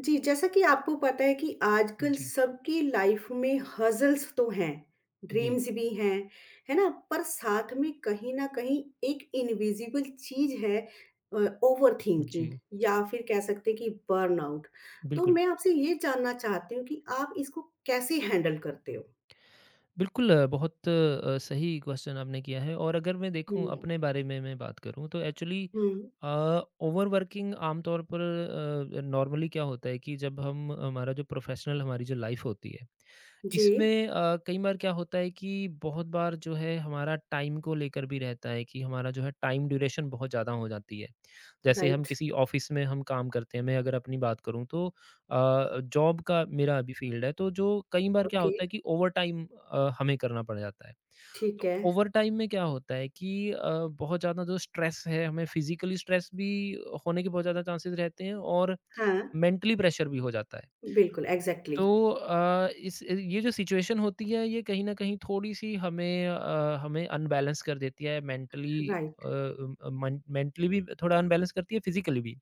जी, जैसा कि आपको पता है कि आजकल जी, सबकी लाइफ में हज़ल्स तो हैं, जी, ड्रीम्स भी हैं, है ना? पर साथ में कहीं न कहीं एक इनविज़िबल चीज़ है अ, ओवरथिंकिंग जी। या फिर कह सकते हैं कि बर्नआउट। तो बिल्कुल, मैं आपसे ये जानना चाहती हूँ कि आप इसको कैसे हैंडल करते हो? बहुत सही क्वेश्चन आपने किया है और अगर मैं देखूँ हुँ। अपने बारे में मैं बात करूँ तो एक्चुअली हुँ, अ, ओवरवर्किंग आमतौर पर नॉर्मली क्या होता है कि जब हम हमारा जो प्रोफ़ेशनल हमारी जो लाइफ़ होती है, जी, इसमें कई बार क्या होता है कि बहुत बार जो है हमारा टाइम को लेकर भी रहता है कि हमारा जो है टाइम ड्यूरेशन बहुत ज़्यादा हो जाती है। जैसे हम राइट, किसी ऑफ़िस में हम काम करते हैं, मैं अगर अपनी बात करूँ तो जॉब का मेरा अभी फील्ड है तो जो कई बार क्या ओके, होता है कि ओवरटाइम हमें करना पड़ जाता है। ठीक तो है। ओवरटाइम में क्या होता है कि बहुत ज़्यादा जो स्ट्रेस है हमें फिज़िकली स्ट्रेस भी होने के बहुत ज़्यादा चांसेस रहते हैं और हाँ, मेंटली प्रेशर भी हो जाता है। बिल्कुल, एग्ज़ैक्टली, तो अ, इस ये जो सिचुएशन होती है ये कहीं न कहीं थोड़ी-सी हमें अनबैलेंस कर देती है मेंटली राइट। मन मेंटली भी थोड़ा अनबैलेंस करती है फिज़िकली भी।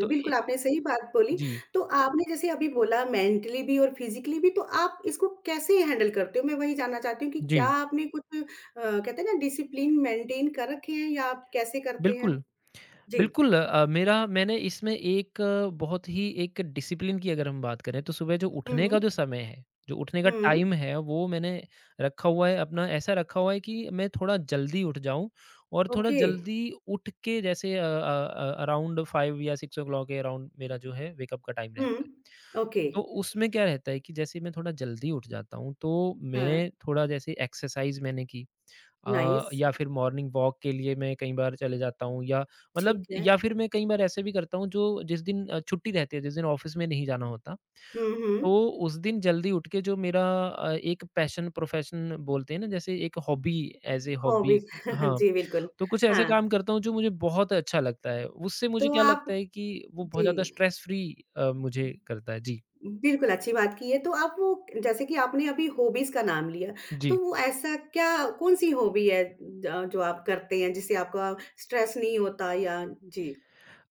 तो बिल्कुल, इ आपने सही बात बोली। जी, तो आपने जैसे अभी बोला मेंटली भी और फिज़िकली भी तो आप इसको कैसे हैंडल करते हो? मैं वही जानना चाहती हूँ कि क्या जी, आपने कुछ कहते हैं ना डिसिप्लिन मेंटेन कर रखे हैं या आप कैसे करते हैं? बिल्कुल। जी। मेरा मैंने इसमें एक बहुत ही एक डिसिप्लिन की अगर हम बात करें तो सुबह जो हुँ, उठने का हुँ। जो समय है, जो उठने का हुँ। टाइम है वो मैंने रखा हुआ है अपना ऐसा रखा हुआ है कि मैं थोड़ा जल्दी उठ जाऊँ और थोड़ा ओके। जल्दी उठ के जैसे अराउंड 5 या 6 ओ क्लॉक के अराउंड मेरा जो है वेकअप का टाइम हुँ। रहता है। ओके। तो उसमें क्या रहता है कि जैसे मैं थोड़ा जल्दी उठ जाता हूँ, तो हाँ, मैं थोड़ा जैसे एक्सरसाइज़ मैंने की नाइस। या फिर मॉर्निंग वॉक के लिए मैं कई बार चले जाता हूँ या मतलब ठीक है। या फिर मैं कई बार ऐसे भी करता हूँ जो जिस दिन छुट्टी रहती है, जिस दिन ऑफ़िस में नहीं जाना होता, हुँ, हुँ। तो उस दिन जल्दी उठ के जो मेरा एक पैशन प्रोफ़ेशन बोलते हैं ना, जैसे एक hobby as a hobby hobbies हाँ, जी, बिल्कुल। तो कुछ हाँ, ऐसा काम करता हूँ जो मुझे बहुत अच्छा लगता है। उससे मुझे तो क्या आप लगता है कि वो बहुत जी। ज़्यादा स्ट्रेस फ्री मुझे करता है। जी। बिल्कुल, अच्छी बात की है। तो आप वो जैसे कि आपने अभी हॉबीज़ का नाम लिया, जी। तो वो ऐसा क्या कौन-सी हॉबी है ज जो आप करते हैं जिससे आपका स्ट्रेस नहीं होता या जी,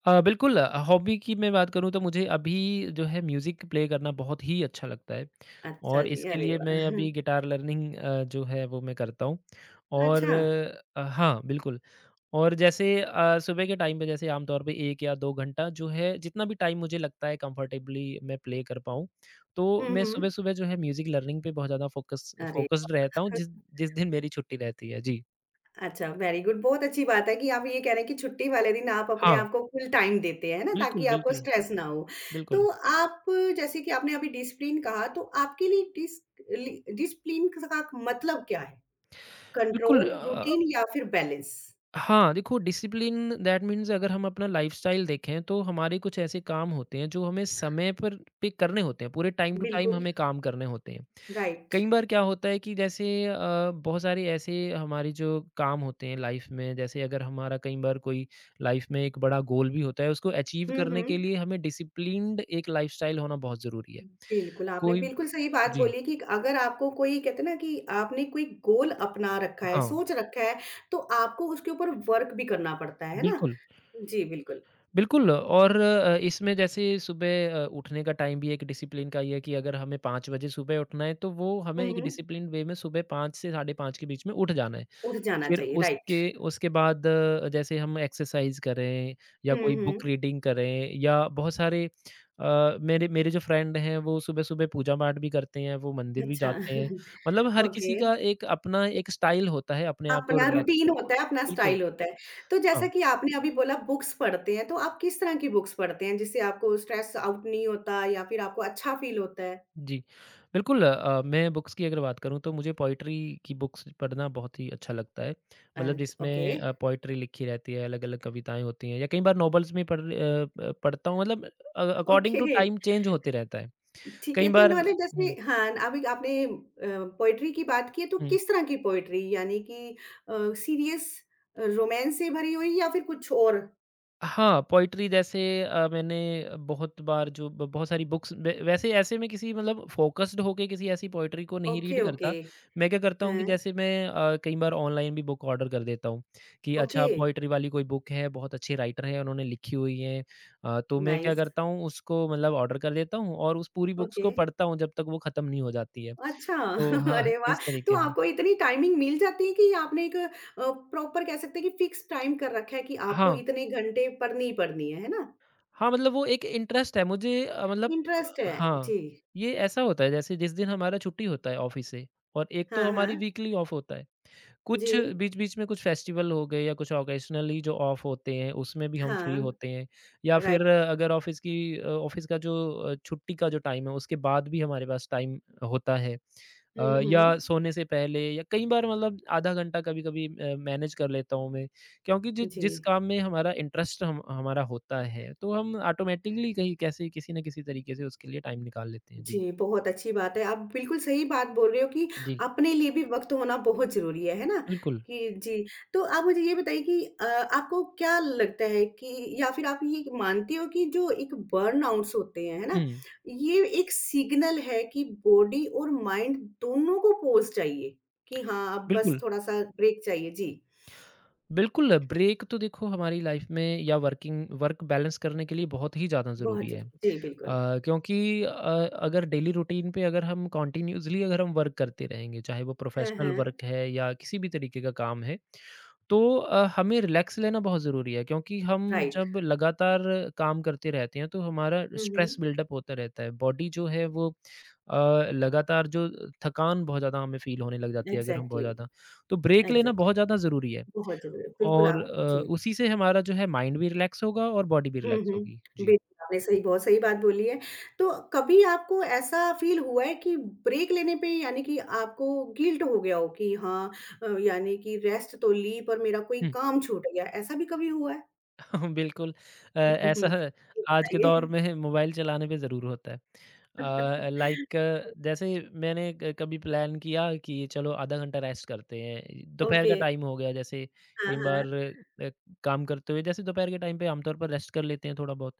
हॉबी की मैं बात करूँ तो मुझे अभी जो है म्यूज़िक प्ले करना बहुत ही अच्छा लगता है अच्छा और जी, इसके अरे लिए मैं वाह! अभी गिटार लर्निंग जो है वो मैं करता हूँ और अच्छा, हाँ बिल्कुल और जैसे सुबह के टाइम पे जैसे आमतौर पे 1 या 2 घंटा जो है जितना भी टाइम मुझे लगता है कंफर्टेबली मैं प्ले कर पाऊँ, तो हुँ, मैं हुँ, सुबह-सुबह जो है म्यूज़िक लर्निंग पे बहुत ज़्यादा अरे फ़ोकस्ड वाह! रहता हूँ जिस जिस दिन मेरी छुट्टी रहती है। जी। अच्छा, वेरी गुड, बहुत अच्छी बात है कि आप ये कह रहे हैं कि छुट्टी वाले दिन आप अपने हाँ, आप को फुल टाइम देते हैं, है ना? ताकि बिल्कुल, आपको बिल्कुल, स्ट्रेस ना हो। बिल्कुल। तो आप जैसे कि आपने अभी डिसिप्लिन कहा, तो आपके लिए डिसिप्लिन का मतलब क्या है? बिल्कुल कंट्रोल, अ रूटीन या फिर बैलेंस। हाँ, देखो डिसिप्लिन दैट मीन्स अगर हम अपना लाइफ़स्टाइल देखें तो हमारे कुछ ऐसे काम होते हैं जो हमें समय पर पे करने होते हैं, पूरे टाइम टू टाइम बिल्कुल, हमें काम करने होते हैं। राइट। कई बार क्या होता है कि जैसे बहुत सारे ऐसे हमारे जो काम होते हैं लाइफ़ में जैसे अगर हमारा कई बार कोई लाइफ़ में एक बड़ा गोल भी होता है, उसको अचीव हुँ, करने के हुँ। लिए हमें डिसिप्लिन्ड एक लाइफ़स्टाइल होना बहुत ज़रूरी है। बिल्कुल, आपने कोई बिल्कुल सही बात जी, बोली कि अगर आपको कोई कहते हैं ना कि आपने कोई गोल अपना रखा है, हाँ, सोच रखा है, तो आपको उसके ऊपर वर्क भी करना पड़ता है ना? बिल्कुल। जी, बिल्कुल। बिल्कुल और इसमें जैसे सुबह उठने का टाइम भी एक डिसिप्लिन का ही है कि अगर हमें 5 बजे सुबह उठना है, तो वो हमें हुँ, एक हुँ। डिसिप्लिन वे में सुबह 5 से साढ़े 5 के बीच में उठ जाना है। उठ जाना फिर चाहिए, राइट। उसके उसके बाद जैसे हम एक्सरसाइज़ करें या हुँ, कोई बुक हुँ। रीडिंग करें या बहुत सारे मेरे मेरे जो फ्रेंड हैं, वो सुबह-सुबह पूजा-पाठ भी करते हैं, वो मंदिर भी अच्छा, जाते हैं। मतलब हर ओके। किसी का एक अपना एक स्टाइल होता है अपने आप को अपना रिलैक्स रूटीन करने होता है, अपना बिल्कुल, स्टाइल होता है। तो जैसा हाँ। कि आपने अभी बोला बुक्स पढ़ते हैं, तो आप किस तरह की बुक्स पढ़ते हैं जिससे आपको स्ट्रेस आउट नहीं होता या फिर आपको अच्छा फ़ील होता है? जी, मैं बुक्स की अगर बात करूँ तो मुझे पोएट्री की बुक्स पढ़ना बहुत ही अच्छा लगता है। मतलब एंड ओके, जिसमें पोएट्री लिखी रहती है, अलग-अलग कविताएँ होती हैं या कई बार नॉवेल्स में पढ़ता हूँ मतलब according to okay time change होते रहता है। ठीक है कई तो बार न मतलब हुँ, जैसे हाँ, अभी आपने पोएट्री की बात की है तो हुँ। किस तरह की पोएट्री यानी कि अ, सीरियस रोमांस से भरी हुई या फिर कुछ और? हाँ, पोएट्री जैसे मैंने बहुत बार जो ब बहुत सारी बुक्स वै वैसे ऐसे मैं किसी मतलब फ़ोकस्ड होके किसी ऐसी पोएट्री को नहीं ओके, रीड ओके। करता। मैं क्या करता हूँ हाँ, कि जैसे मैं कई बार ऑनलाइन भी बुक ऑर्डर कर देता हूँ कि ओके, अच्छा पोएट्री वाली कोई बुक है, बहुत अच्छे राइटर हैं, उन्होंने लिखी हुई है। तो मैं क्या नाइस, करता हूँ उसको मतलब ऑर्डर कर देता हूँ और उस पूरी बुक्स ओके। को पढ़ता हूँ जब तक वो खत्म नहीं हो जाती है। अच्छा तो हाँ, अरे वाह! इस तो तरीके से। आपको इतनी टाइमिंग मिल जाती है कि आपने एक प्रॉपर कह सकते हैं कि फिक्स टाइम कर रखा है कि आपको हाँ। इतने घंटे पढ़नी ही पढ़नी है ना? हाँ, मतलब वो एक इंटरेस्ट है मुझे मतलब इंटरेस्ट है। हाँ, जी। ये ऐसा होता है जैसे जिस दिन हमारा छुट्टी होता है ऑफ़िस से और एक हाँ, तो हमारी हाँ। वीकली ऑफ होता है। जी। कुछ बीच-बीच में कुछ फेस्टिवल हो गए या कुछ ऑकेजनली जो ऑफ होते हैं, उसमें भी हम फ्री हाँ, होते हैं या राइट। फिर अगर ऑफ़िस की ऑफ़िस का जो छुट्टी का जो टाइम है, उसके बाद भी हमारे पास टाइम होता है। हुँ, या हुँ। सोने से पहले या कई बार मतलब आधा घंटा कभी-कभी मैनेज कर लेता हूँ मैं, क्योंकि जि जी। जिस काम में हमारा इंटरेस्ट हम हमारा होता है, तो हम ऑटोमैटिकली कहीं कैसे किसी न किसी तरीके से उसके लिए टाइम निकाल लेते हैं। जी। जी, बहुत अच्छी बात है। आप बिल्कुल सही बात बोल रहे हो कि जी, अपने लिए भी वक़्त होना बहुत ज़रूरी है ना? बिल्कुल। कि जी, तो आप मुझे ये बताइए कि आपको क्या लगता है कि या फिर आप ये मानते हो कि जो एक बर्नआउट्स होते हैं, है ना? हुँ, ये एक सिग्नल है कि बॉडी और माइंड दोनों को पॉज़ चाहिए, कि हाँ, अब बस बिल्कुल। थोड़ा-सा ब्रेक चाहिए। जी, बिल्कुल, ब्रेक तो देखो हमारी लाइफ में या वर्किंग वर्क बैलेंस करने के लिए बहुत ही ज़्यादा बहुत ज़रूरी है। ज़रूरी जी, बिल्कुल। क्योंकि अ, अगर डेली रूटीन पे अगर हम कंटिन्यूअसली अगर हम वर्क करते रहेंगे, चाहे वो हाँ, प्रोफ़ेशनल हाँ, वर्क है या किसी भी तरीके का काम है, तो हमें रिलैक्स लेना बहुत ज़रूरी है क्योंकि हम राइट। जब लगातार काम करते रहते हैं, तो हमारा हुँ, स्ट्रेस हुँ। बिल्डअप होता रहता है। बॉडी जो है वो अ, लगातार जो थकान बहुत ज़्यादा हमें फ़ील होने लग जाती है अगर हम बहुत एग्ज़ैक्टली, ज़्यादा तो ब्रेक लेना एग्ज़ैक्टली। बहुत ज़्यादा ज़रूरी है। बहुत ज़रूरी है। बिल्कुल और आप जी। उसी से हमारा जो है माइंड भी रिलैक्स होगा और बॉडी भी हुँ, रिलैक्स हुँ। होगी। जी। बिल्कुल, आपने सही बहुत सही बात बोली है। तो कभी आपको ऐसा फ़ील हुआ है कि ब्रेक लेने पे यानी कि आपको गिल्ट हो गया हो कि हाँ यानी कि रेस्ट तो ली पर मेरा कोई काम छूट गया, ऐसा भी कभी हुआ है? बिल्कुल हुँ, हुँ। ऐसा है, जी आज के दौर बताइए। में मोबाइल चलाने पे ज़रूर होता है। लाइक जैसे मैंने क कभी प्लान किया कि चलो आधा घंटा रेस्ट करते हैं। दोपहर ओके। का टाइम हो गया जैसे हाँ, कई हाँ। बार अ, काम करते हुए जैसे दोपहर के टाइम पे आमतौर पर रेस्ट कर लेते हैं थोड़ा बहुत।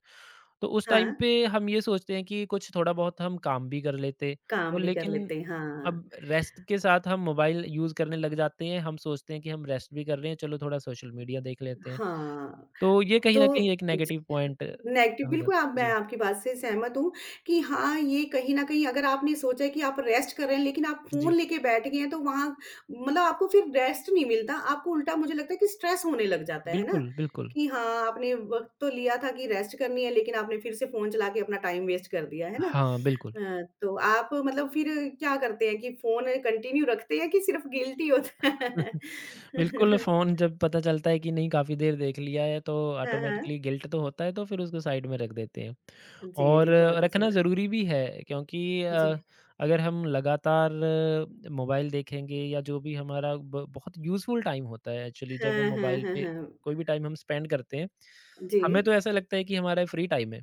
तो उस हाँ, टाइम पे हम ये सोचते हैं कि कुछ थोड़ा बहुत हम काम भी कर लेते। काम तो भी कर लेकिन लेते हैं, हाँ। अब रेस्ट के साथ हम मोबाइल यूज़ करने लग जाते हैं। हम सोचते हैं कि हम रेस्ट भी कर रहे हैं, चलो थोड़ा सोशल मीडिया देख लेते हैं। हाँ, तो ये कहीं न कहीं तो एक नेगेटिव पॉइंट नेगेटिव हो जाता बिल्कुल आप है। मैं जी, आपकी बात से सहमत हूँ कि हाँ, ये कहीं न कहीं अगर आपने सोचा है कि आप रेस्ट कर रहे हैं, लेकिन आप फ़ोन जी। लेके बैठ गए हैं, तो वहाँ मतलब आपको फिर रेस्ट नहीं मिलता, आपको उल्टा मुझे लगता है कि स्ट्रेस होने लग जाता है ना? बिल्कुल। कि हाँ, आपने वक़्त तो लिया था कि रेस्ट करनी है, लेकिन आपने फिर से फ़ोन चला के अपना टाइम वेस्ट कर दिया, है ना? हाँ, बिल्कुल। तो आप मतलब फिर क्या करते हैं कि फ़ोन कंटिन्यू रखते हैं कि सिर्फ़ गिल्टी होता है? बिल्कुल, फ़ोन जब पता चलता है कि नहीं काफ़ी देर देख लिया है तो हाँ, हाँ। ऑटोमेटिकली गिल्ट तो होता है तो फिर उसको साइड में रख देते हैं। जी, और जी, बहुत अच्छी रखना बात है। ज़रूरी भी है क्योंकि जी। अगर हम लगातार मोबाइल देखेंगे या जो भी हमारा ब बहुत यूज़फुल टाइम होता है एक्चुअली जब हम हाँ, हाँ, मोबाइल हाँ, पे हाँ। कोई भी टाइम हम स्पेंड करते हैं, जी, हमें तो ऐसा लगता है कि हमारा फ्री टाइम है।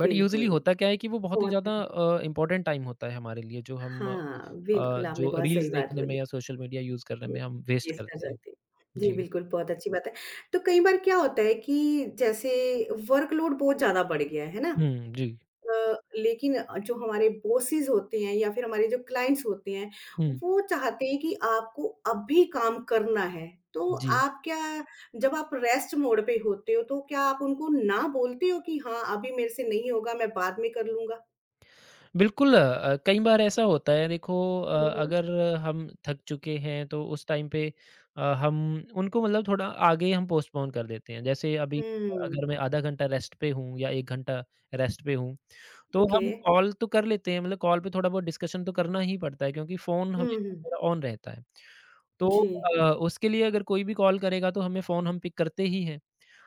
बट यूजुअली बिल्कुल। होता क्या है कि वो बहुत वो ही ज़्यादा मतलब अ, इम्पोर्टेंट टाइम होता है हमारे लिए जो हम हाँ, बिल्कुल आपने जो बहुत सही रील्स बात देखने बोली। में या सोशल मीडिया यूज़ करने वो में हम वेस्ट वेस्ट कर करते हैं। जाती है। जी, जी। बिल्कुल बहुत अच्छी बात है। तो कई बार क्या होता है कि जैसे वर्कलोड बहुत ज़्यादा बढ़ गया है ना? हुँ, जी। लेकिन जो हमारे बॉसेस होते हैं या फिर हमारे जो क्लाइंट्स होते हैं, हुँ, वो चाहते हैं कि आपको अभी काम करना है। तो जी। आप क्या जब आप रेस्ट मोड पे होते हो, तो क्या आप उनको ना बोलते हो कि हाँ, अभी मेरे से नहीं होगा, मैं बाद में कर लूँगा? कई बार ऐसा होता है देखो हुँ, हुँ। अगर हम थक चुके हैं तो उस टाइम पे अ, हम उनको मतलब थोड़ा आगे हम पोस्टपोन कर देते हैं। जैसे अभी हुँ। अगर मैं आधा घंटा रेस्ट पे हूँ या 1 घंटा रेस्ट पे हूँ तो ओके। हम कॉल तो कर लेते हैं, मतलब कॉल पे थोड़ा बहुत डिस्कशन तो करना ही पड़ता है क्योंकि फ़ोन हुँ, हमेशा हुँ। हमारा ऑन रहता है। तो जी। उसके लिए अगर कोई भी कॉल करेगा तो हमें फ़ोन हम पिक करते ही हैं।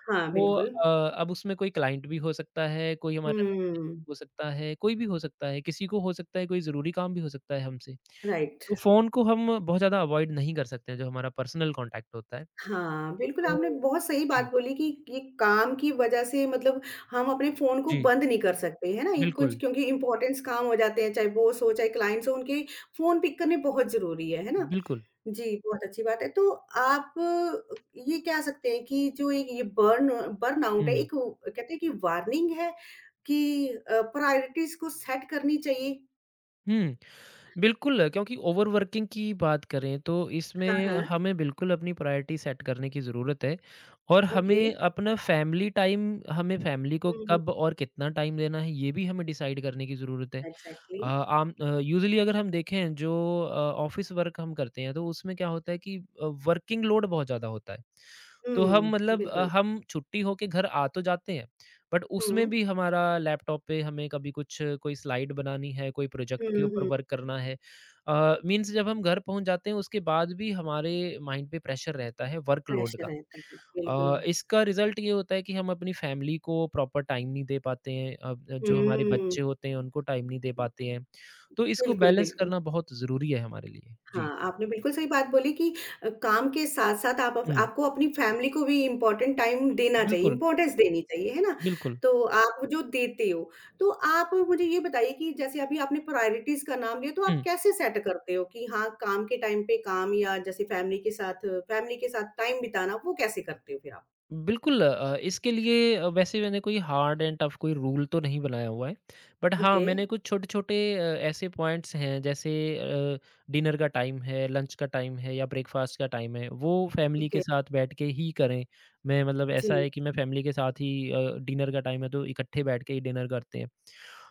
हाँ, तो बिल्कुल। अब उसमें कोई क्लाइंट भी हो सकता है, कोई हमारा रिलेटिव हुँ, हो सकता है, कोई भी हो सकता है, किसी को हो सकता है कोई ज़रूरी काम भी हो सकता है हमसे। राइट। तो फ़ोन को हम बहुत ज़्यादा अवॉइड नहीं कर सकते हैं जो हमारा पर्सनल कॉन्टैक्ट होता है। हाँ, बिल्कुल आपने तो बहुत सही बात जी, बोली कि ये काम की वज़ह से मतलब हम अपने फ़ोन को जी, बंद नहीं कर सकते, है ना? ये कुछ बिल्कुल, क्योंकि इम्पोर्टेंस काम हो जाते हैं, चाहे बॉस हो, चाहे क्लाइंट्स हो, उनके फ़ोन पिक करने बहुत ज़रूरी है ना? बिल्कुल। जी, बहुत अच्छी बात है। तो आप अ, ये कह सकते हैं कि जो एक ये बर्नआउट है, हुँ। एक वो- कहते हैं कि वार्निंग है कि प्रायोरिटीज़ को सेट करनी चाहिए? हुँ। बिल्कुल, क्योंकि ओवरवर्किंग की बात करें तो हाँ, इसमें हाँ, हमें बिल्कुल अपनी प्रायोरिटी सेट करने की ज़रूरत है और ओके। हमें अपना फैमिली टाइम हमें फैमिली को हुँ, कब और कितना टाइम देना है, ये भी हमें डिसाइड करने की ज़रूरत है। एग्ज़ैक्टली। यूजुअली अगर हम देखें जो ऑफ़िस वर्क हम करते हैं, तो उसमें क्या होता है कि वर्किंग लोड बहुत ज़्यादा होता है। तो हुँ, हम मतलब बिल्कुल। हम छुट्टी होके घर आ तो जाते हैं, बट हुँ। उसमें भी हमारा लैपटॉप पे हमें कभी कुछ कोई स्लाइड बनानी है, कोई प्रोजेक्ट के हुँ, ऊपर हुँ, वर्क करना है। मीन्स जब हम घर पहुँच जाते हैं, उसके बाद भी हमारे माइंड पे प्रेशर रहता है वर्कलोड प्रेशर का। रहता है, बिल्कुल। इसका रिज़ल्ट ये होता है कि हम अपनी फ़ैमिली को प्रॉपर टाइम नहीं दे पाते हैं। अब जो हमारे हुँ, बच्चे होते हैं, उनको टाइम नहीं दे पाते हैं। तो इसको बिल्कुल, बैलेंस बिल्कुल। करना बहुत ज़रूरी है हमारे लिए। जी। हाँ, आपने बिल्कुल सही बात बोली कि काम के साथ-साथ आप अप हुँ, आपको अपनी फ़ैमिली को भी इम्पोर्टेंट टाइम देना चाहिए, बिल्कुल, इम्पोर्टेंस देनी चाहिए, है ना? बिल्कुल। तो आप जो देते हो, तो आप मुझे ये बताइए कि जैसे अभी आपने प्रायोरिटीज़ का नाम लिया, तो आप हुँ। कैसे सेट करते हो कि हाँ, काम के टाइम पे काम या जैसे फ़ैमिली के साथ टाइम बिताना, वो कैसे करते हो फिर आप? बिल्कुल इसके लिए वैसे मैंने कोई हार्ड एंड टफ कोई रूल तो नहीं बनाया हुआ है। बट हाँ, ओके, मैंने कुछ छोटे-छोटे ऐसे पॉइंट्स हैं जैसे अ, डिनर का टाइम है, लंच का टाइम है या ब्रेकफ़ास्ट का टाइम है, वो फैमिली ओके, के साथ बैठ के ही करें। मैं मतलब जी। ऐसा है कि मैं फैमिली के साथ ही डिनर का टाइम है तो इकट्ठे बैठ के ही डिनर करते हैं।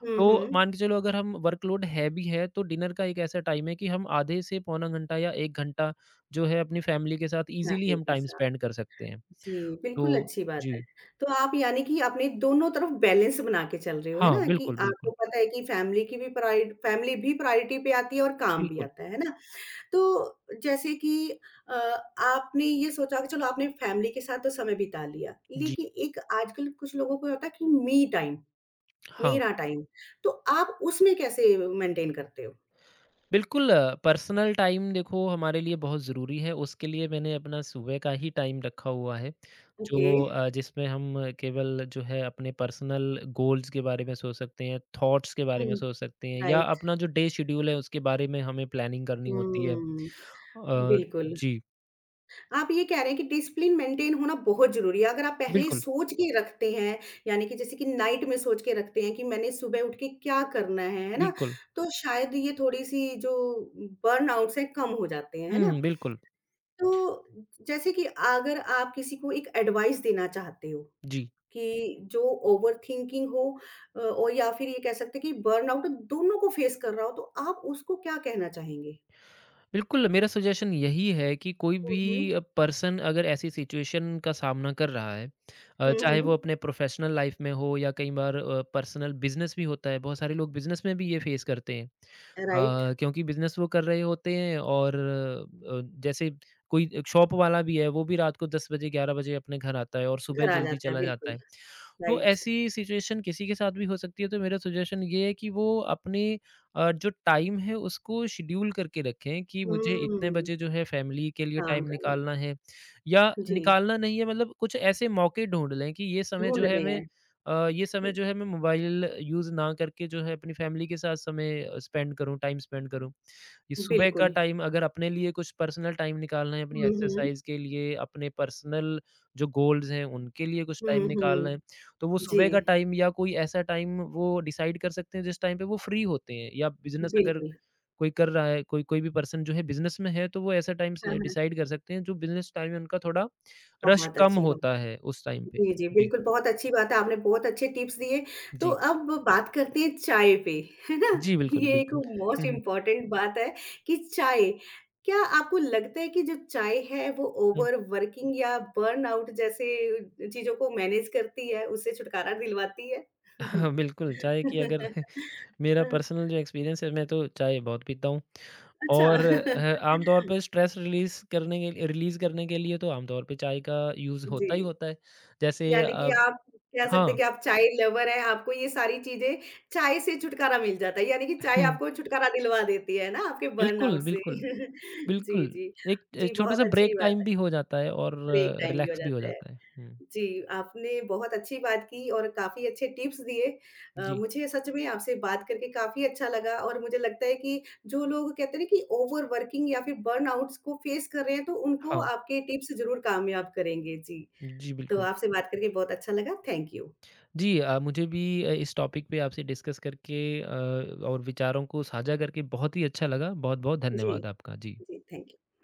हुँ, तो हुँ। मान के चलो अगर हम वर्कलोड हैवी है तो डिनर का एक ऐसा टाइम है कि हम आधे से पौना घंटा या 1 घंटा जो है अपनी फैमिली के साथ ईज़िली फैमिली हम के टाइम साथ। स्पेंड कर सकते हैं। जी, तो बिल्कुल अच्छी बात है। जी। तो आप यानी कि अपने दोनों तरफ बैलेंस बना के चल रहे हो, है हाँ, ना? कि बिल्कुल, आपको बिल्कुल, पता है कि फैमिली भी प्रायोरिटी पे आती है और काम भी बिल्कुल। आता है ना? तो जैसे कि अ, आपने ये सोचा कि चलो आपने फैमिली के साथ तो समय बिता लिया, जी, लेकिन एक आजकल कुछ लोगों को होता है कि मी टाइम, हाँ। मेरा टाइम, तो आप उसमें कैसे मेंटेन करते हो? बिल्कुल पर्सनल टाइम देखो हमारे लिए बहुत ज़रूरी है, उसके लिए मैंने अपना सुबह का ही टाइम रखा हुआ है, ओके। जो जिसमें हम केवल जो है अपने पर्सनल गोल्स के बारे में सोच सकते हैं, थॉट्स के बारे में हुँ, सोच सकते हैं या राइट। अपना जो डे शेड्यूल है उसके बारे में हमें प्लानिंग करनी होती है। हुँ। अ, बिल्कुल। जी, आप ये कह रहे हैं कि डिसिप्लिन मेंटेन होना बहुत ज़रूरी है। अगर आप पहले बिल्कुल, सोच के रखते हैं, यानी कि जैसे कि नाइट में सोच के रखते हैं कि मैंने सुबह उठ के क्या करना है ना? बिल्कुल। तो शायद ये थोड़ी-सी जो बर्नआउट्स हैं कम हो जाते हैं, है ना? हुँ, बिल्कुल। तो जैसे कि अगर आप किसी को एक एडवाइस देना चाहते हो जी। कि जो ओवरथिंकिंग हो या फिर ये कह सकते हैं कि बर्नआउट दोनों को फेस कर रहा हो, तो आप उसको क्या कहना चाहेंगे? बिल्कुल, मेरा सजेशन यही है कि कोई हुँ, भी हुँ। पर्सन अगर ऐसी सिचुएशन का सामना कर रहा है हुँ, चाहे वो हुँ। अपने प्रोफ़ेशनल लाइफ़ में हो या कई बार पर्सनल बिज़नेस भी होता है, बहुत सारे लोग बिज़नेस में भी ये फ़ेस करते हैं। राइट। क्योंकि बिज़नेस वो कर रहे होते हैं और जैसे कोई एक शॉप वाला भी है, वो भी रात को 10 बजे, 11 बजे अपने घर आता है और सुबह घर आ जल्दी जाता है, चला जाता बिल्कुल, है। तो राइट। ऐसी सिचुएशन किसी के साथ भी हो सकती है, तो मेरा सजेशन ये है कि वो अपने और जो टाइम है उसको शेड्यूल करके रखें कि मुझे इतने हुँ, बजे जो है फैमिली के लिए काम टाइम करना है। निकालना है या जी, निकालना नहीं है मतलब कुछ ऐसे मौके ढूंढ लें कि ये समय ढूँढ जो है रहे मैं हैं। अ, ये समय ये जो है मैं मोबाइल यूज़ ना करके जो है अपनी फैमिली के साथ समय स्पेंड करूँ टाइम स्पेंड करूँ। ये सुबह का बिल्कुल। टाइम अगर अपने लिए कुछ पर्सनल टाइम निकालना है अपनी हुँ, हुँ। एक्सरसाइज़ के लिए, अपने पर्सनल जो गोल्स हैं उनके लिए कुछ टाइम हुँ, निकालना है। हुँ। तो वो सुबह का जी, टाइम या कोई ऐसा टाइम वो डिसाइड कर सकते हैं जिस टाइम पे वो फ्री होते हैं या बिज़नेस अगर बिल्कुल। कोई कर रहा है, कोई कोई भी पर्सन जो है बिज़नेस में है तो वो ऐसा टाइम हाँ, से हाँ। डिसाइड कर सकते हैं जो बिज़नेस टाइम है उनका थोड़ा रश बहुत कम अच्छी बात। होता है उस टाइम पे। जी, जी, जी, बिल्कुल, बहुत अच्छी बात है, आपने बहुत अच्छे टिप्स दिए। तो जी। अब बात करते हैं चाय पे, है ना? जी, बिल्कुल, ये एक बिल्कुल। मोस्ट हुँ, हुँ, इम्पोर्टेंट बात है कि चाय क्या आपको लगता है कि जो चाय है, वो हुँ। ओवरवर्किंग या बर्नआउट जैसे चीज़ों को मैनेज करती है, उससे छुटकारा दिलवाती है? हाँ, बिल्कुल चाय की अगर अ, मेरा पर्सनल जो एक्सपीरियंस है मैं तो चाय बहुत पीता हूँ अच्छा। और ह आम तौर पे स्ट्रेस रिलीज़ करने के लिए तो आम तौर पे चाय का यूज़ जी। होता ही होता है। जैसे यानी कि आप कह सकते हैं कि हाँ। आप चाय लवर हैं, आपको ये सारी चीज़ें चाय से छुटकारा मिल जाता है, यानी कि चाय जी, आपको छुटकारा दिलवा देती है ना आपके बर्नआउट बिल्कुल, से। बिल्कुल, जी, बिल्कुल। जी। एक जी, छोटा-सा बहुत ब्रेक अच्छी बात टाइम है, भी हो जाता है और ब्रेक टाइम भी हो रिलैक्स भी हो जाता है। जाता है। हुँ, जी, आपने बहुत अच्छी बात की और काफ़ी अच्छे टिप्स दिए। जी, मुझे सच में आपसे बात करके काफ़ी अच्छा लगा और मुझे लगता है कि जो लोग कहते हैं ना कि ओवरवर्किंग या फिर बर्नआउट्स को फेस कर रहे हैं, तो उनको हाँ, आपके टिप्स ज़रूर कामयाब करेंगे। जी, जी तो बिल्कुल। आपसे बात करके बहुत अच्छा लगा। Thank you. जी मुझे भी इस टॉपिक पे आपसे डिस्कस करके और विचारों को साझा करके बहुत ही अच्छा लगा। बहुत-बहुत Yes. धन्यवाद आपका। जी। Yes. Thank you.